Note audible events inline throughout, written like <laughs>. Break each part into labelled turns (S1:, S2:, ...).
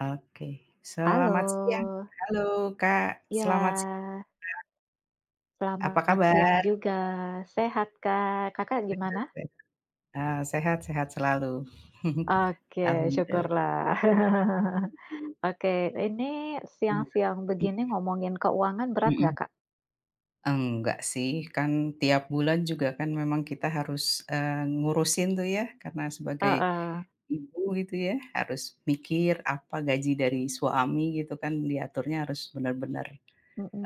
S1: Oke,
S2: Halo,
S1: selamat siang. Halo Kak, selamat siang.
S2: ya
S1: Apa
S2: selamat siang
S1: kabar?
S2: juga. Sehat, Kak. Kakak
S1: Sehat,
S2: gimana?
S1: sehat. Ah, sehat sehat selalu. <laughs>
S2: Oke,
S1: Alhamdulillah.
S2: syukurlah. <laughs> Oke, ini siang-siang begini ngomongin keuangan berat nggak,
S1: Mhm.
S2: Kak?
S1: Enggak sih, kan tiap bulan juga kan memang kita harus, eee, ngurusin tuh ya, karena sebagai
S2: Heeh,
S1: ibu gitu ya, harus mikir apa gaji dari suami gitu kan, diaturnya harus benar-benar,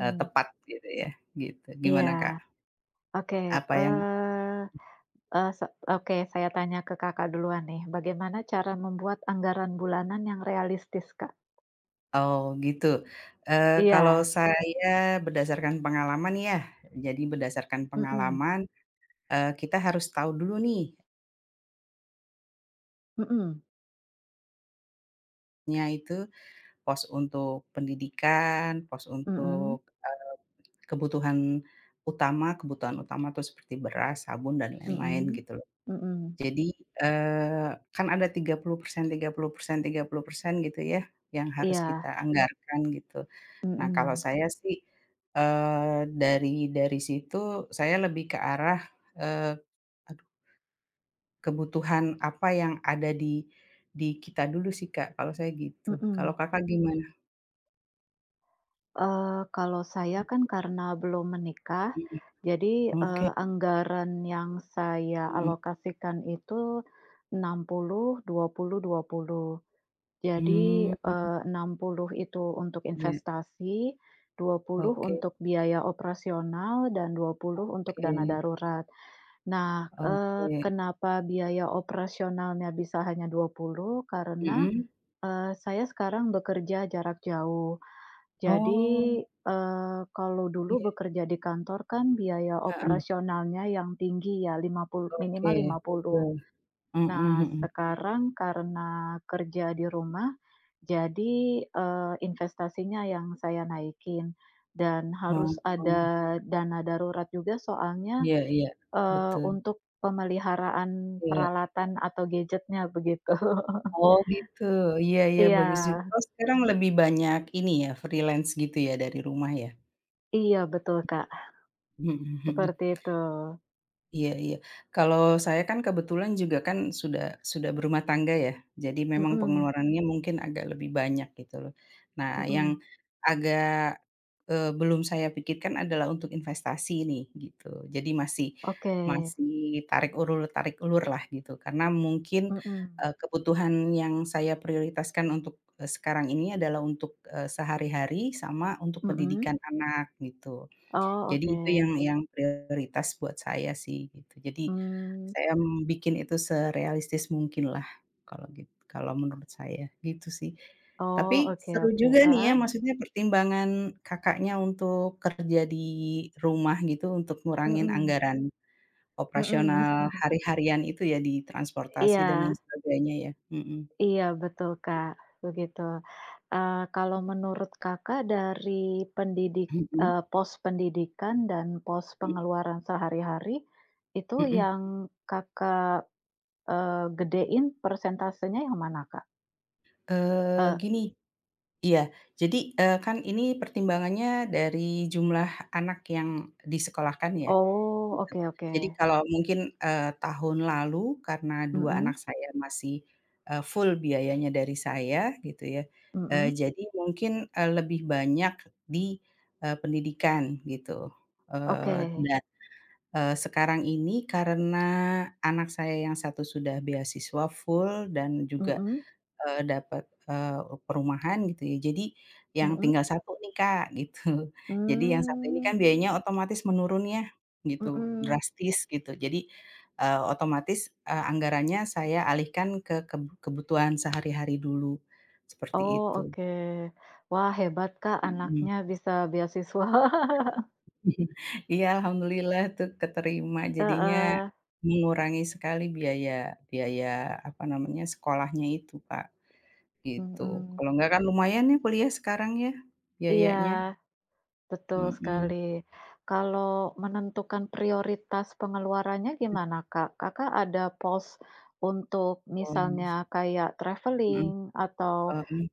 S1: tepat gitu ya, gitu. Gimana Kak?
S2: iya. Oke, eee
S1: Apa yang
S2: eee, se oke, saya tanya ke Kakak duluan nih, bagaimana cara membuat anggaran bulanan yang realistis, Kak?
S1: Oh gitu, kalau
S2: Iya,
S1: saya berdasarkan pengalaman ya, jadi berdasarkan
S2: mhm,
S1: pengalaman, kita harus tahu dulu nih,
S2: mhm,
S1: nya itu pos untuk pendidikan, pos untuk,
S2: mhm,
S1: eee, kebutuhan utama tuh seperti beras, sabun, dan lain-lain
S2: mhm,
S1: gitu loh.
S2: mhm,
S1: Jadi, eee, kan ada tiga tiga puluh puluh persen, 30%, 30% gitu ya, yang harus kita
S2: iya.
S1: Anggarkan gitu. Nah, kalau
S2: Mhm
S1: saya sih, dari situ saya lebih ke arah, eee, aduh, kebutuhan apa yang ada di kita dulu sih, Kak, kalau saya gitu. Kalau
S2: mhm.
S1: Kakak gimana?
S2: Kalau saya kan karena belum menikah,
S1: Mhm,
S2: jadi,
S1: oke,
S2: anggaran yang saya
S1: mhm,
S2: alokasikan itu 60, 20, 20. Jadi,
S1: mmm,
S2: 60 itu untuk
S1: iya,
S2: investasi, 20
S1: oke
S2: untuk biaya operasional, dan 20 untuk dana
S1: oke
S2: darurat. Nah,
S1: oke,
S2: kenapa biaya operasionalnya bisa hanya 20? Karena,
S1: mhm,
S2: saya sekarang bekerja jarak jauh. Jadi,
S1: oh,
S2: kalau dulu
S1: iya,
S2: bekerja di kantor kan biaya
S1: heeh,
S2: operasionalnya yang tinggi, ya, 50
S1: oke,
S2: minimal 50.
S1: betul, mhm
S2: Nah,
S1: mhm,
S2: sekarang karena kerja di rumah, jadi, investasinya yang saya naikin dan harus
S1: oh,
S2: ada dana darurat juga soalnya,
S1: iya iya, betul,
S2: untuk pemeliharaan
S1: iya.
S2: peralatan atau gadgetnya begitu. <laughs>
S1: Oh gitu, iya iya
S2: Iya
S1: bagus juga. Oh, sekarang lebih banyak ini ya, freelance gitu ya dari rumah ya?
S2: iya betul, Kak,
S1: Mhm mhm.
S2: seperti itu.
S1: Iya iya. Kalau saya kan kebetulan juga kan sudah berumah tangga ya, jadi memang
S2: Mhm
S1: pengeluarannya mungkin agak lebih banyak gitu loh. Nah, yang
S2: mhm.
S1: agak belum saya pikirkan adalah untuk investasi nih, gitu. Jadi masih
S2: Oke,
S1: masih tarik ulur lah gitu, karena mungkin,
S2: mhm,
S1: kebutuhan yang saya prioritaskan untuk, sekarang ini adalah untuk, sehari-hari sama untuk
S2: mhm.
S1: pendidikan anak, gitu.
S2: Oh,
S1: Jadi
S2: oke,
S1: itu yang prioritas buat saya sih gitu. Jadi
S2: mmm,
S1: saya bikin itu serealistis mungkin lah kalau gitu kalau menurut saya gitu sih.
S2: oh,
S1: Tapi
S2: oke
S1: seru
S2: oke,
S1: juga nih ya,
S2: heeh?
S1: maksudnya pertimbangan Kakaknya untuk kerja di rumah gitu untuk ngurangin
S2: Mhm,
S1: anggaran
S2: mhm.
S1: operasional
S2: <laughs>
S1: hari-harian itu ya di transportasi dan lain
S2: Iya
S1: sebagainya ya. Mhm.
S2: iya, betul, Kak, begitu. Kalau menurut Kakak dari
S1: Mhm.
S2: pos pendidikan dan pos
S1: Mhm
S2: pengeluaran sehari-hari, itu
S1: mhm.
S2: yang Kakak, gedein persentasenya yang mana, Kak? Eee,
S1: Gini, iya, jadi, kan ini pertimbangannya dari jumlah anak yang disekolahkan ya,
S2: oh,
S1: gitu.
S2: oke oke,
S1: Jadi kalau mungkin, tahun lalu karena 2
S2: mhm
S1: anak saya masih, full biayanya dari saya gitu ya,
S2: mhm,
S1: jadi mungkin, lebih banyak di, pendidikan gitu,
S2: oke,
S1: dan, sekarang ini karena anak saya yang satu sudah beasiswa full dan juga
S2: mhm
S1: Dapet, perumahan gitu ya, jadi yang
S2: mhm.
S1: tinggal satu nih Kak, <laughs> gitu. Jadi yang satu ini
S2: Mmm,
S1: kan biayanya otomatis menurun ya, gitu,
S2: mhm.
S1: drastis gitu. Jadi, otomatis, anggarannya saya alihkan ke kebutuhan sehari-hari dulu, seperti
S2: Oh,
S1: itu.
S2: oke. Wah, hebat Kak
S1: Mhm.
S2: anaknya bisa beasiswa. <laughs>
S1: <laughs> Iya, alhamdulillah tuh keterima, jadinya
S2: Heeh,
S1: mengurangi sekali biaya biaya, apa namanya, sekolahnya itu, Kak. Gitu,
S2: mhm.
S1: kalau enggak kan lumayan ya kuliah sekarang ya,
S2: Iya,
S1: biayanya,
S2: betul
S1: mhm,
S2: sekali. Kalau menentukan prioritas pengeluarannya gimana, Kak? Kakak ada pos untuk
S1: bonus,
S2: misalnya kayak
S1: mhm,
S2: traveling atau
S1: ini,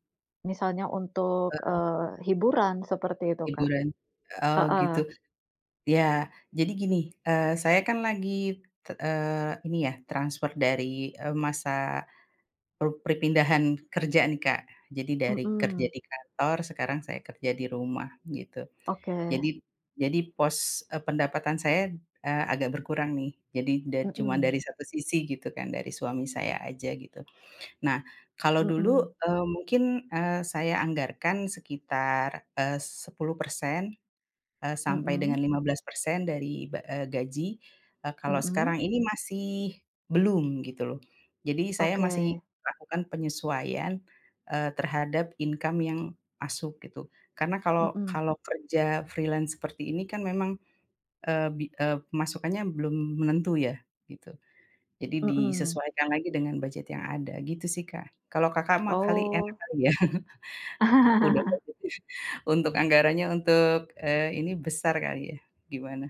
S2: misalnya untuk, hiburan seperti itu, Kak?
S1: hiburan, oh
S2: Heeh,
S1: gitu. Ya, jadi gini, saya kan lagi ini ya transfer dari, masa perpindahan kerja nih Kak, jadi dari kerja
S2: mhm.
S1: di kantor sekarang saya kerja di rumah gitu.
S2: Oke,
S1: Jadi pos, pendapatan saya, agak berkurang nih, jadi cuma
S2: mhm,
S1: dari satu sisi gitu kan, dari suami saya aja gitu. Nah, kalau dulu,
S2: mhm,
S1: mungkin, saya anggarkan sekitar, 10%, sampai dengan
S2: mhm,
S1: 15% dari gaji, kalau
S2: mhm.
S1: sekarang ini masih belum gitu loh. Jadi saya
S2: Oke,
S1: masih lakukan penyesuaian, terhadap income yang masuk gitu. Karena kalau
S2: mhm
S1: kalau kerja freelance seperti ini kan memang, pemasukannya belum menentu ya, gitu. Jadi
S2: mhm.
S1: disesuaikan lagi dengan budget yang ada, gitu sih, Kak. Kalau Kakak mah kali enak
S2: Oh.
S1: kali ya, <laughs> udah
S2: <laughs>
S1: budgetnya untuk anggarannya untuk, ini besar kali ya, gimana?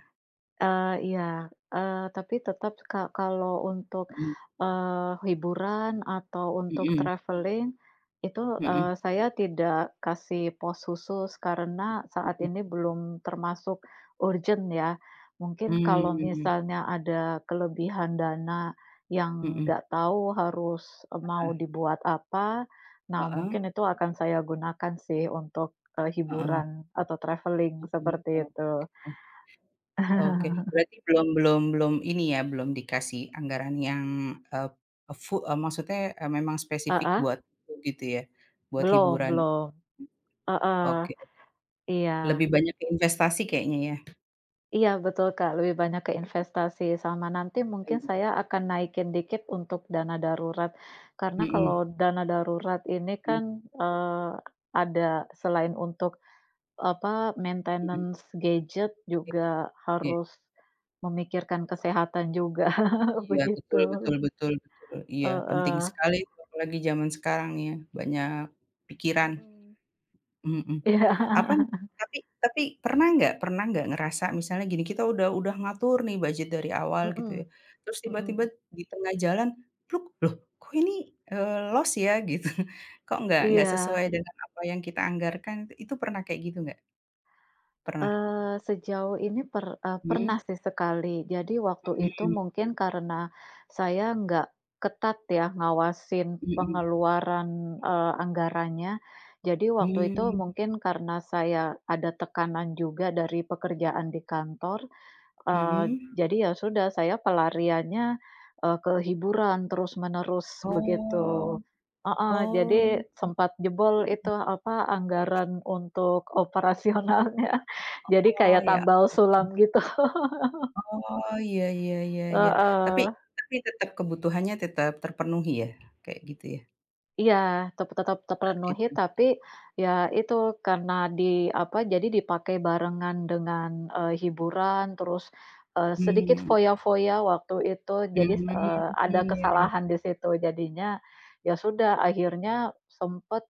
S2: Iya, tapi tetap kalau untuk,
S1: Mhm,
S2: hiburan atau untuk
S1: mhm,
S2: traveling itu,
S1: mhm,
S2: saya tidak kasih pos khusus karena saat
S1: mhm,
S2: ini belum termasuk urgent, ya. Mungkin kalau
S1: mmm,
S2: misalnya ada kelebihan dana yang
S1: mhm,
S2: nggak tahu harus, mau
S1: eh,
S2: dibuat apa, nah
S1: heeh
S2: mungkin itu akan saya gunakan sih untuk,
S1: heeh,
S2: hiburan atau traveling
S1: mhm,
S2: seperti
S1: oke
S2: itu.
S1: oke.
S2: <laughs>
S1: Berarti belum belum belum ini ya, belum dikasih anggaran yang, eee, maksudnya, memang spesifik
S2: Heeh?
S1: buat itu gitu ya, buat
S2: Belum
S1: hiburan.
S2: belum, heeh,
S1: Oke, lebih
S2: iya
S1: banyak ke investasi kayaknya ya?
S2: iya betul, Kak, lebih banyak ke investasi sama nanti mungkin
S1: Iya.
S2: saya akan naikin dikit untuk dana darurat, karena kalau
S1: Mhm,
S2: dana darurat ini
S1: mhm
S2: kan, eee, ada selain untuk, apa,
S1: mhm.
S2: maintenance gadget juga
S1: Iya
S2: harus memikirkan kesehatan juga, <laughs>
S1: iya,
S2: begitu,
S1: betul betul betul betul. Iya, penting
S2: heeh,
S1: sekali itu apalagi zaman sekarang ya, banyak pikiran.
S2: mhm,
S1: Mhm.
S2: iya, <laughs>
S1: Apa tapi pernah nggak ngerasa misalnya gini, kita udah ngatur nih budget dari awal gitu ya,
S2: mhm
S1: terus tiba-tiba
S2: mhm,
S1: di tengah jalan, pluk, "Loh, kok ini, loss ya?" Gitu. <laughs> Kok nggak
S2: iya.
S1: sesuai dengan apa yang kita anggarkan, itu pernah kayak gitu nggak? Pernah?
S2: Sejauh ini
S1: Mmm,
S2: pernah sih sekali. Jadi waktu itu
S1: mhm,
S2: mungkin karena saya nggak ketat ya ngawasin
S1: mhm.
S2: pengeluaran, anggarannya. Jadi waktu itu
S1: Mmm,
S2: mungkin karena saya ada tekanan juga dari pekerjaan di kantor.
S1: mhm.
S2: Jadi ya sudah saya pelariannya, ke hiburan terus-menerus begitu.
S1: Oh,
S2: Heeh, jadi
S1: oh
S2: sempat jebol itu apa, anggaran untuk operasionalnya. <laughs> Jadi
S1: oh,
S2: kayak
S1: ya,
S2: tambal sulam gitu.
S1: oh, iya iya iya iya. Tapi
S2: Heeh.
S1: tetap kebutuhannya tetap terpenuhi ya? Kayak gitu ya,
S2: Iya, tetap
S1: saat
S2: terpenuhi,
S1: itu?
S2: tapi ya itu karena di apa, jadi dipakai barengan dengan, hiburan terus, sedikit
S1: Hmm,
S2: foya-foya waktu itu, jadi,
S1: hmm,
S2: ada
S1: iya iya,
S2: kesalahan di situ jadinya, ya sudah akhirnya sempet,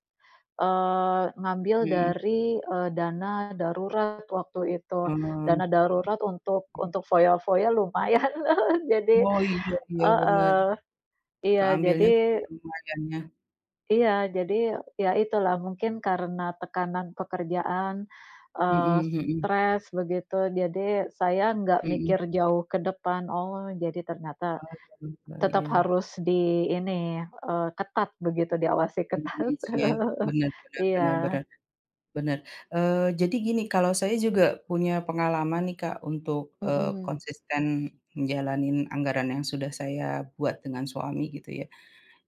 S2: ngambil
S1: mhm,
S2: dari, dana darurat waktu itu.
S1: oh,
S2: Dana darurat untuk foya-foya lumayan. <laughs> Jadi
S1: oh, iya iya, bener,
S2: heeh, iya,
S1: keambilnya
S2: jadi.
S1: cukup lumayan ya,
S2: Iya, jadi ya itulah mungkin karena tekanan pekerjaan, eee,
S1: hmm, hmm,
S2: stres begitu, jadi saya nggak
S1: hmm,
S2: mikir jauh ke depan, oh, jadi ternyata
S1: bener,
S2: tetap
S1: iya, iya.
S2: harus di ini, ketat begitu, diawasi
S1: di
S2: ketat.
S1: manage ya,
S2: <laughs>
S1: benar bener
S2: Iya.
S1: bener bener. Benar, jadi gini, kalau saya juga punya pengalaman nih, Kak, untuk,
S2: Mhm
S1: konsisten menjalanin anggaran yang sudah saya buat dengan suami gitu ya.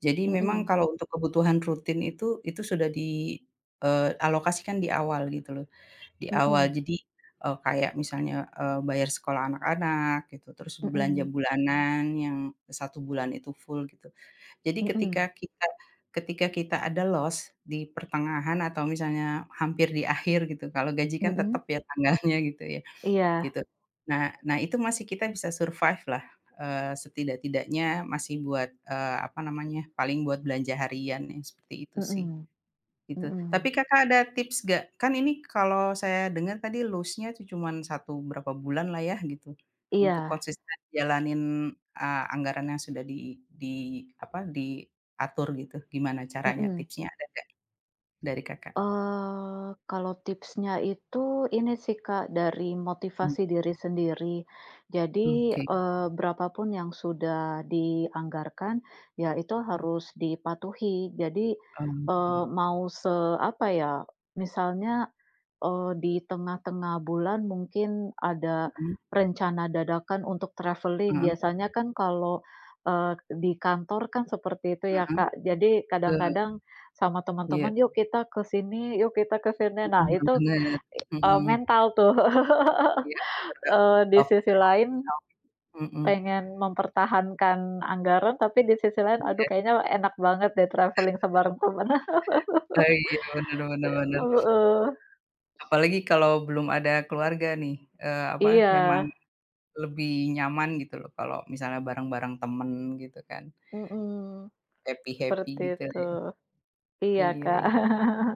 S1: Jadi memang
S2: mhm
S1: kalau untuk kebutuhan rutin itu sudah di, alokasikan di awal gitu loh, di awal.
S2: mhm
S1: Jadi, kayak misalnya, bayar sekolah anak-anak gitu, terus belanja
S2: mhm
S1: bulanan yang satu bulan itu full gitu. Jadi ketika
S2: mhm
S1: kita ada loss di pertengahan atau misalnya hampir di akhir gitu, kalau gaji kan tetap
S2: mhm.
S1: ya tanggalnya <laughs> gitu ya,
S2: Iya,
S1: gitu. Nah nah itu masih kita bisa survive lah, setidak-tidaknya masih buat, apa namanya, paling buat belanja harian yang seperti itu sih.
S2: mhm
S1: Gitu. Tapi
S2: mhm.
S1: Kakak ada tips nggak? Kan ini kalau saya dengar tadi loss-nya itu cuman 1 berapa bulan lah ya gitu, untuk
S2: Iya,
S1: konsisten jalanin, anggaran yang sudah di apa, diatur gitu. Gimana caranya,
S2: mhm.
S1: tipsnya ada nggak dari Kakak?
S2: Kalau tipsnya itu ini sih, Kak, dari
S1: Mmm,
S2: motivasi diri sendiri. Jadi,
S1: oke.
S2: berapa pun yang sudah dianggarkan, ya itu harus dipatuhi. Jadi,
S1: Oh,
S2: eee,
S1: heeh,
S2: mau se apa ya, misalnya. Di tengah-tengah bulan mungkin ada rencana dadakan untuk traveling.
S1: heeh
S2: Biasanya kan kalau, di kantor kan seperti itu ya,
S1: heeh,
S2: Kak. Jadi
S1: betul,
S2: kadang-kadang sama
S1: iya,
S2: teman-teman, "Yuk kita ke sini, yuk kita ke sini." Nah
S1: mhm,
S2: itu,
S1: bener, mhm,
S2: mental tuh. <laughs>
S1: iya, over,
S2: Di
S1: over
S2: sisi lain
S1: optimal, mhm,
S2: pengen mempertahankan anggaran, tapi di sisi lain, "Aduh
S1: iya.
S2: kayaknya enak banget deh traveling sebareng temen." <laughs>
S1: Oh, iya, bener bener bener.
S2: Heeh.
S1: Apalagi kalau belum ada keluarga nih, apa,
S2: Iya,
S1: memang lebih nyaman gitu loh kalau misalnya bareng-bareng temen gitu kan,
S2: mhm,
S1: happy-happy
S2: seperti
S1: gitu
S2: itu.
S1: ya.
S2: Iya, Kak.
S1: Iya
S2: <laughs>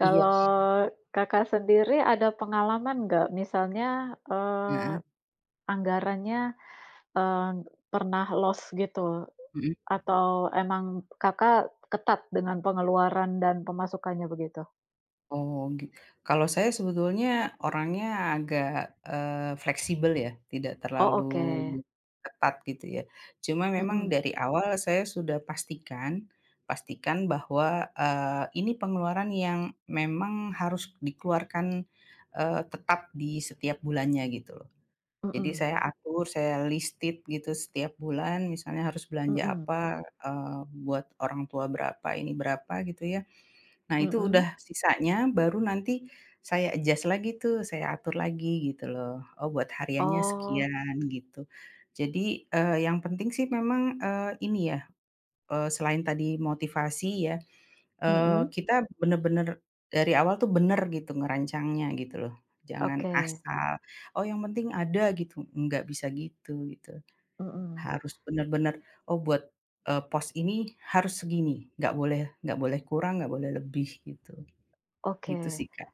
S1: iya.
S2: Kakak sendiri ada pengalaman nggak? Misalnya, eee,
S1: Heeh,
S2: anggarannya, eee, pernah loss gitu
S1: mhm.
S2: atau emang Kakak ketat dengan pengeluaran dan pemasukannya begitu?
S1: Oh, kalau saya sebetulnya orangnya agak, fleksibel ya, tidak
S2: Oh,
S1: terlalu
S2: oke.
S1: ketat gitu ya. Cuma memang
S2: Mhm
S1: dari awal saya sudah pastikan pastikan bahwa, ini pengeluaran yang memang harus dikeluarkan, tetap di setiap bulannya gitu loh. Jadi
S2: mhm
S1: saya atur, saya listed gitu setiap bulan misalnya harus belanja
S2: mhm
S1: apa, eee, buat orang tua berapa, ini berapa gitu ya. Nah itu udah
S2: mhm.
S1: sisanya baru nanti saya adjust lagi tuh, saya atur lagi gitu loh. Oh, buat hariannya
S2: Oh,
S1: sekian gitu. Jadi, yang penting sih memang, ini ya, selain tadi motivasi ya,
S2: mhm,
S1: kita bener-bener dari awal tuh bener gitu ngerancangnya gitu loh. Jangan
S2: oke,
S1: asal, "Oh, yang penting ada," gitu, nggak bisa gitu gitu.
S2: mhm,
S1: Harus bener-bener, "Oh, buat, pos ini harus segini, nggak boleh kurang, nggak boleh lebih," gitu.
S2: oke.
S1: Gitu sih, Kak.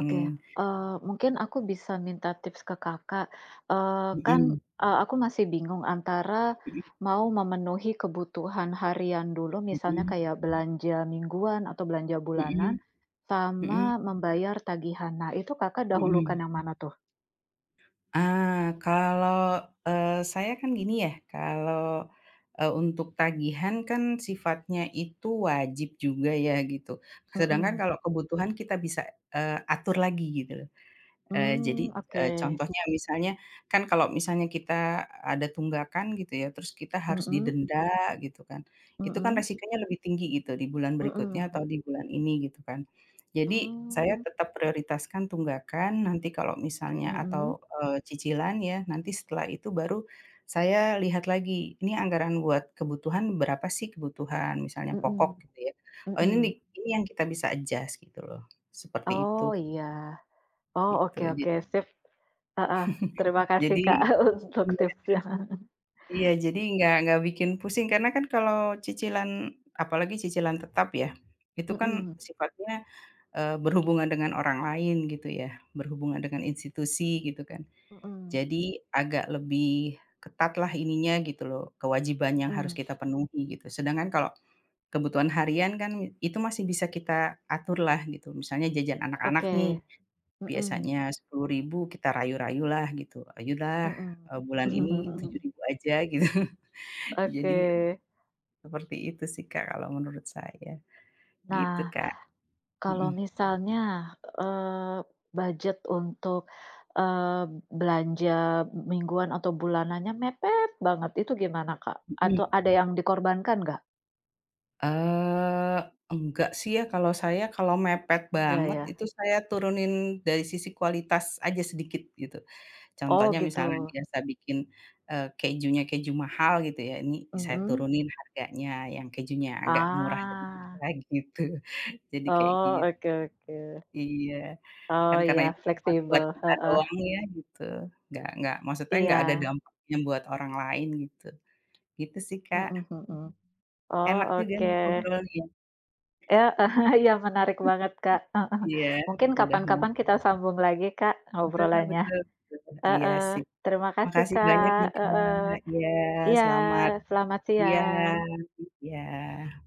S2: Oke, mungkin aku bisa minta tips ke Kakak, eee, kan,
S1: Mhm.
S2: aku masih bingung antara
S1: Mhm
S2: mau memenuhi kebutuhan harian dulu, misalnya
S1: mhm
S2: kayak belanja mingguan atau belanja bulanan,
S1: mhm
S2: sama
S1: mhm
S2: membayar tagihan. Nah, itu Kakak dahulukan
S1: mhm.
S2: yang mana tuh?
S1: Ah, kalau, saya kan gini ya, kalau, untuk tagihan kan sifatnya itu wajib juga ya, gitu. Sedangkan
S2: Mhm,
S1: kalau kebutuhan kita bisa, atur lagi gitu. Jadi,
S2: mmm, oke,
S1: contohnya misalnya, kan kalau misalnya kita ada tunggakan gitu ya, terus kita harus
S2: mhm,
S1: didenda gitu kan, itu kan
S2: mhm,
S1: resikonya lebih tinggi gitu di bulan berikutnya
S2: mhm,
S1: atau di bulan ini gitu kan. Jadi saya
S2: mmm,
S1: tetap prioritaskan tunggakan, nanti kalau misalnya
S2: mhm,
S1: atau, cicilan ya, nanti setelah itu baru saya lihat lagi, ini anggaran buat kebutuhan berapa sih, kebutuhan misalnya pokok
S2: mhm,
S1: gitu ya, oh ini
S2: mhm.
S1: nih, ini yang kita bisa adjust gitu loh, seperti itu,
S2: Oh, iya. Oh,
S1: gitu.
S2: oke oke, sip. Heeh, terima kasih,
S1: Jadi
S2: Kak, <laughs> untuk
S1: iya
S2: tipsnya.
S1: iya, jadi nggak bikin pusing, karena kan kalau cicilan apalagi cicilan tetap ya, itu kan
S2: Mhm,
S1: sifatnya berhubungan dengan orang lain gitu ya, berhubungan dengan institusi gitu kan.
S2: mhm,
S1: Jadi agak lebih ketat lah ininya gitu loh, kewajiban yang harus
S2: mhm.
S1: kita penuhi gitu. Sedangkan kalau kebutuhan harian kan itu masih bisa kita aturlah gitu, misalnya jajan anak-anak nih,
S2: Oke. Mhm,
S1: biasanya 10 ribu kita rayu-rayulah gitu, "Ayolah,
S2: mhm.
S1: bulan ini tujuh
S2: <laughs>
S1: ribu aja," gitu. <laughs> Jadi
S2: Oke.
S1: seperti itu sih Kak kalau menurut saya, gitu
S2: Nah,
S1: Kak.
S2: kalau
S1: Mhm
S2: misalnya, eee, budget untuk, eee, belanja mingguan atau bulanannya mepet banget, itu gimana, Kak? Atau
S1: mhm.
S2: ada yang dikorbankan nggak?
S1: Eee, enggak sih ya kalau saya, kalau mepet
S2: Nggak
S1: banget
S2: ya?
S1: itu saya turunin dari sisi kualitas aja sedikit gitu.
S2: Oh
S1: Contohnya
S2: gitu.
S1: misalnya biasa bikin, kejunya keju mahal gitu ya, ini saya
S2: Mhm.
S1: turunin harganya yang kejunya agak murah sedikit
S2: Ah,
S1: lah <laughs> gitu. Jadi kayak
S2: oh, oke oke.
S1: iya,
S2: Oh
S1: kan karena
S2: iya,
S1: itu cuman buat
S2: fleksibel,
S1: kita
S2: heeh.
S1: doang ya gitu, nggak maksudnya nggak ada
S2: Iya.
S1: dampaknya buat orang lain gitu. Gitu sih Kak,
S2: Mhm mhm. Oh,
S1: enak juga nih
S2: oke.
S1: ngobrolnya.
S2: Ya, <laughs> ya iya menarik
S1: <laughs>
S2: banget, Kak, heeh.
S1: Iya,
S2: Mungkin
S1: udah mau
S2: kapan-kapan kita sambung lagi, Kak,
S1: Betul
S2: ngobrolannya.
S1: betul betul. Iya
S2: Heeh.
S1: sih.
S2: Terima kasih,
S1: Makasih banyak
S2: Kak,
S1: nih,
S2: heeh.
S1: Kak. Iya,
S2: Iya,
S1: selamat
S2: selamat
S1: iya
S2: siang.
S1: iya.